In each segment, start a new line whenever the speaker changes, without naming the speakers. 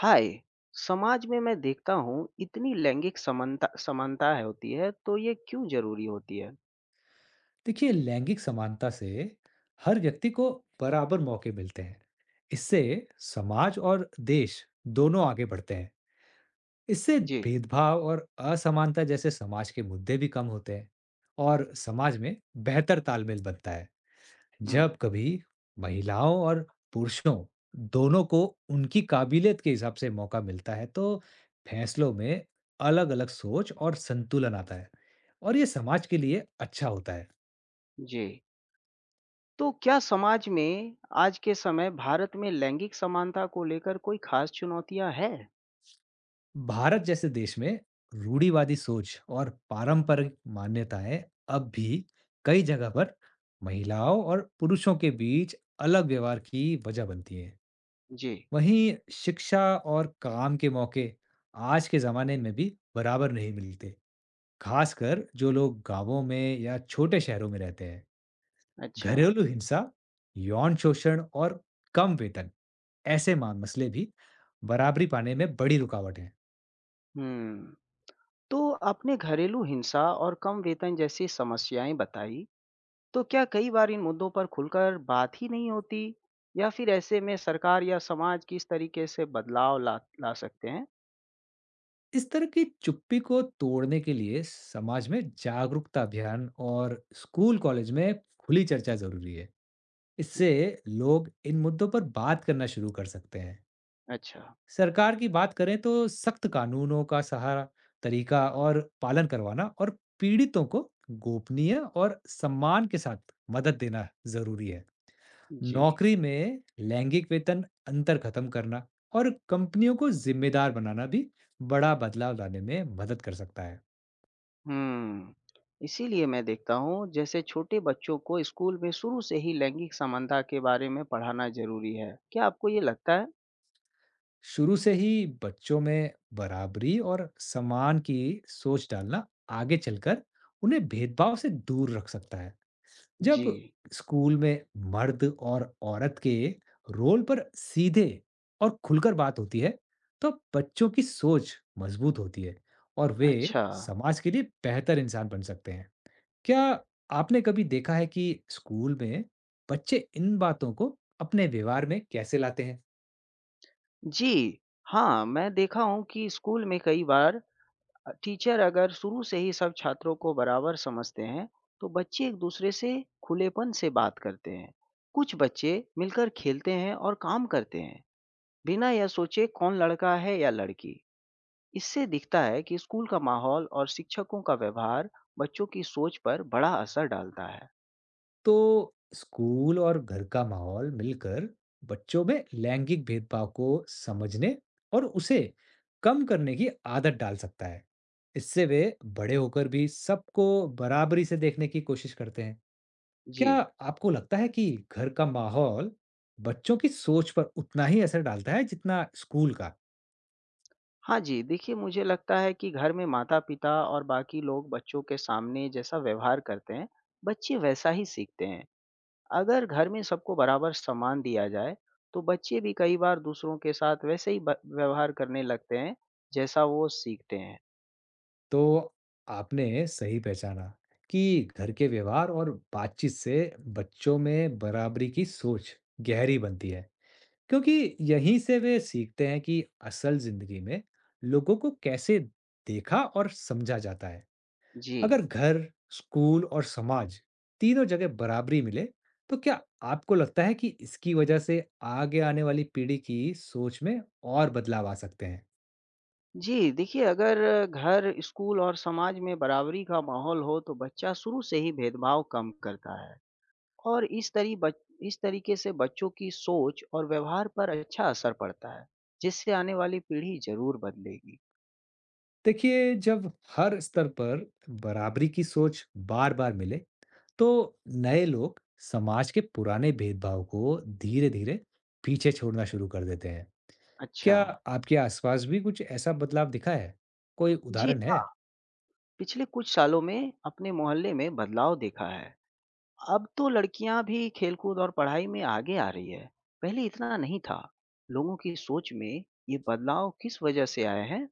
हाय। समाज में मैं देखता हूँ इतनी लैंगिक समानता समानता है होती है, तो ये क्यों जरूरी होती है?
देखिए लैंगिक समानता से हर व्यक्ति को बराबर मौके मिलते हैं। इससे समाज और देश दोनों आगे बढ़ते हैं। इससे
जी।
भेदभाव और असमानता जैसे समाज के मुद्दे भी कम होते हैं और समाज में बेहतर तालमेल बनता है।
हम्म।
जब कभी महिलाओं और पुरुषों दोनों को उनकी काबिलियत के हिसाब से मौका मिलता है, तो फैसलों में अलग-अलग सोच और संतुलन आता है और ये समाज के लिए अच्छा होता है।
जी। तो क्या समाज में आज के समय भारत में लैंगिक समानता को लेकर कोई खास चुनौतियां है?
भारत जैसे देश में रूढ़िवादी सोच और पारंपरिक मान्यताएं अब भी कई जगह पर महिलाओं और पुरुषों के बीच अलग व्यवहार की वजह बनती हैं।
जी।
वहीं शिक्षा और काम के मौके आज के जमाने में भी बराबर नहीं मिलते, खासकर जो लोग गांवों में या छोटे शहरों में रहते हैं।
अच्छा।
घरेलू हिंसा, यौन शोषण और कम वेतन ऐसे मसले भी बराबरी पाने में बड़ी रुकावट है।
हम्म। तो आपने घरेलू हिंसा और कम वेतन जैसी समस्याएं बताई। तो क्या कई बार इन मुद्दों पर खुलकर बात ही नहीं होती? या फिर ऐसे में सरकार या समाज किस तरीके से बदलाव ला ला सकते हैं?
इस तरह की चुप्पी को तोड़ने के लिए समाज में जागरूकता अभियान और स्कूल कॉलेज में खुली चर्चा जरूरी है। इससे लोग इन मुद्दों पर बात करना शुरू कर सकते हैं।
अच्छा,
सरकार की बात करें तो सख्त कानूनों का सहारा, तरीका और पालन करवाना और पीड़ितों को गोपनीय और सम्मान के साथ मदद देना जरूरी है।
जी।
नौकरी में लैंगिक वेतन अंतर खत्म करना और कंपनियों को जिम्मेदार बनाना भी बड़ा बदलाव लाने में मदद कर सकता है।
हुँ, इसीलिए मैं देखता हूँ जैसे छोटे बच्चों को स्कूल में शुरू से ही लैंगिक समानता के बारे में पढ़ाना ज़रूरी है। क्या आपको ये लगता है?
शुरू से ही बच्चों में बराबरी और समान की सोच डालना आगे चलकर उन्हें भेदभाव से दूर रख सकता है। जब
जी,
स्कूल में मर्द और औरत के रोल पर सीधे और खुलकर बात होती है, तो बच्चों की सोच मजबूत होती है और वे
अच्छा।
समाज के लिए बेहतर इंसान बन सकते हैं। क्या आपने कभी देखा है कि स्कूल में बच्चे इन बातों को अपने व्यवहार में कैसे लाते हैं?
जी, हाँ, मैं देखा हूँ कि स्कूल में कई बार टीचर अगर शुरू से ही सब छात्रों को बराबर समझते हैं, तो बच्चे एक-दूसरे से खुलेपन से बात करते हैं। कुछ बच्चे मिलकर खेलते हैं और काम करते हैं, बिना यह सोचे कौन लड़का है या लड़की। इससे दिखता है कि स्कूल का माहौल और शिक्षकों का व्यवहार बच्चों की सोच पर बड़ा असर डालता है।
तो स्कूल और घर का माहौल मिलकर बच्चों में लैंगिक भेदभाव को समझने और उसे कम करने की आदत डाल सकता है। इससे वे बड़े होकर भी सबको बराबरी से देखने की कोशिश करते हैं।
जी।
क्या आपको लगता है कि घर का माहौल बच्चों की सोच पर उतना ही असर डालता है जितना स्कूल का?
हाँ जी, देखिए मुझे लगता है कि घर में माता पिता और बाकी लोग बच्चों के सामने जैसा व्यवहार करते हैं, बच्चे वैसा ही सीखते हैं। अगर घर में सबको बराबर सम्मान दिया जाए, तो बच्चे भी कई बार दूसरों के साथ वैसे ही व्यवहार करने लगते हैं, जैसा वो सीखते हैं।
तो आपने सही पहचाना कि घर के व्यवहार और बातचीत से बच्चों में बराबरी की सोच गहरी बनती है, क्योंकि यहीं से वे सीखते हैं कि असल जिंदगी में लोगों को कैसे देखा और समझा जाता है।
जी।
अगर घर, स्कूल और समाज तीनों जगह बराबरी मिले, तो क्या आपको लगता है कि इसकी वजह से आगे आने वाली पीढ़ी की सोच में और बदलाव आ सकते हैं?
जी, देखिए अगर घर, स्कूल और समाज में बराबरी का माहौल हो तो बच्चा शुरू से ही भेदभाव कम करता है और इस तरीके से बच्चों की सोच और व्यवहार पर अच्छा असर पड़ता है, जिससे आने वाली पीढ़ी ज़रूर बदलेगी।
देखिए, जब हर स्तर पर बराबरी की सोच बार-बार मिले, तो नए लोग समाज के पुराने भेदभाव को धीरे-धीरे पीछे छोड़ना शुरू कर देते हैं।
अच्छा,
क्या आपके आसपास भी कुछ ऐसा बदलाव दिखा है? कोई
जी
उदाहरण
हाँ,
है?
पिछले कुछ सालों में अपने मोहल्ले में बदलाव देखा है। अब तो लड़कियां भी खेलकूद और पढ़ाई में आगे आ रही है, पहले इतना नहीं था। लोगों की सोच में ये बदलाव किस वजह से आए हैं?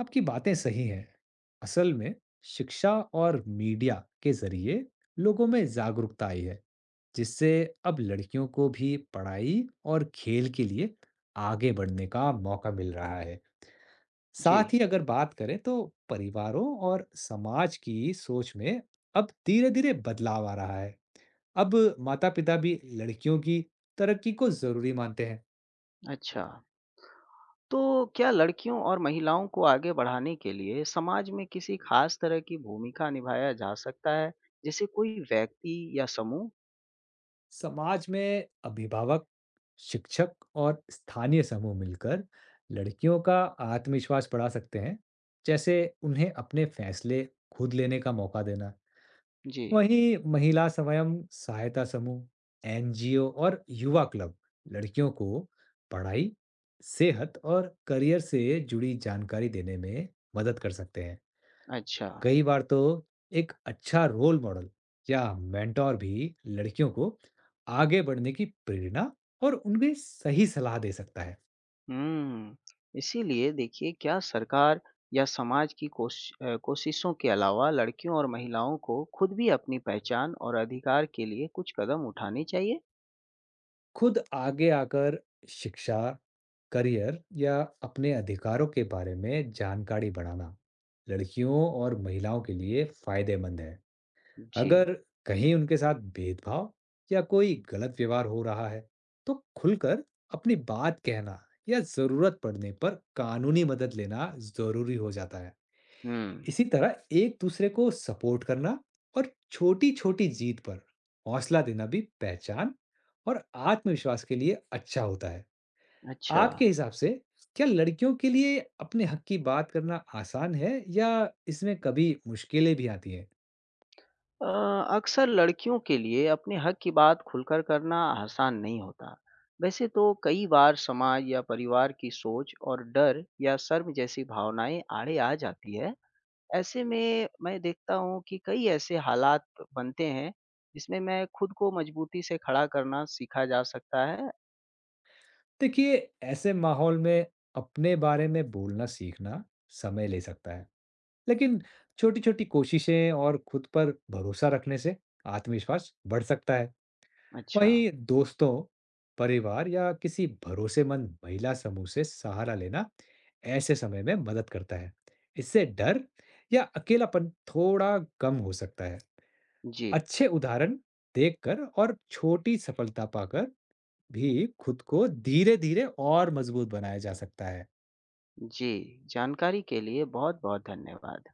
आपकी बातें सही हैं। असल में शिक्षा और मीडिया के ज़रिए लोगों में जागरूकता आई है, जिससे अब लड़कियों को भी पढ़ाई और खेल के लिए आगे बढ़ने का मौका मिल रहा है। साथ
जी,
ही अगर बात करें तो परिवारों और समाज की सोच में अब धीरे-धीरे बदलाव आ रहा है। अब माता-पिता भी लड़कियों की तरक्की को ज़रूरी मानते हैं।
अच्छा। तो क्या लड़कियों और महिलाओं को आगे बढ़ाने के लिए समाज में किसी खास तरह की भूमिका निभाया जा सकता है, जैसे कोई व्यक्ति या समूह?
समाज में अभिभावक, शिक्षक और स्थानीय समूह मिलकर लड़कियों का आत्मविश्वास बढ़ा सकते हैं, जैसे उन्हें अपने फैसले खुद लेने का मौका देना।
जी,
वहीं महिला स्वयं सहायता समूह, एनजीओ और युवा क्लब लड़कियों को पढ़ाई, सेहत और करियर से जुड़ी जानकारी देने में मदद कर सकते हैं।
अच्छा।
कई बार तो एक अच्छा रोल मॉडल या मेंटोर भी लड़कियों को आगे बढ़ने की प्रेरणा और उनमें सही सलाह दे सकता है।
हुँ, इसीलिए देखिए क्या सरकार या समाज की कोशिशों के अलावा लड़कियों और महिलाओं को खुद भी अपनी पहचान और अधिकार के लिए कुछ कदम उठाने चाहिए?
खुद आगे आकर शिक्षा, करियर या अपने अधिकारों के बारे में जानकारी बढ़ाना लड़कियों और महिलाओं के लिए फायदेमंद है।
जी,
अगर कहीं उनके साथ भेदभाव या कोई गलत व्यवहार हो रहा है, तो खुलकर अपनी बात कहना या जरूरत पड़ने पर कानूनी मदद लेना जरूरी हो जाता है।
हुँ,
इसी तरह एक दूसरे को सपोर्ट करना और छोटी-छोटी जीत पर हौसला देना भी पहचान और आत्मविश्वास के लिए अच्छा होता है।
अच्छा।
आपके हिसाब से क्या लड़कियों के लिए अपने हक की बात करना आसान है या इसमें कभी मुश्किलें भी आती हैं?
अ, अक्सर लड़कियों के लिए अपने हक की बात खुलकर करना आसान नहीं होता। वैसे तो कई बार समाज या परिवार की सोच और डर या शर्म जैसी भावनाएं आड़े आ जाती है। ऐसे में मैं देखता हूँ कि कई ऐसे हालात बनते हैं जिसमें मैं खुद को मजबूती से खड़ा करना सीखा जा सकता है।
देखिए, ऐसे माहौल में अपने बारे में बोलना सीखना समय ले सकता है, लेकिन छोटी छोटी कोशिशें और खुद पर भरोसा रखने से आत्मविश्वास बढ़ सकता है।
अच्छा,
वहीं दोस्तों, परिवार या किसी भरोसेमंद महिला समूह से सहारा लेना ऐसे समय में मदद करता है। इससे डर या अकेलापन थोड़ा कम हो सकता है।
जी,
अच्छे उदाहरण देखकर और छोटी सफलता पाकर भी खुद को धीरे-धीरे और मजबूत बनाया जा सकता है।
जी, जानकारी के लिए बहुत-बहुत धन्यवाद।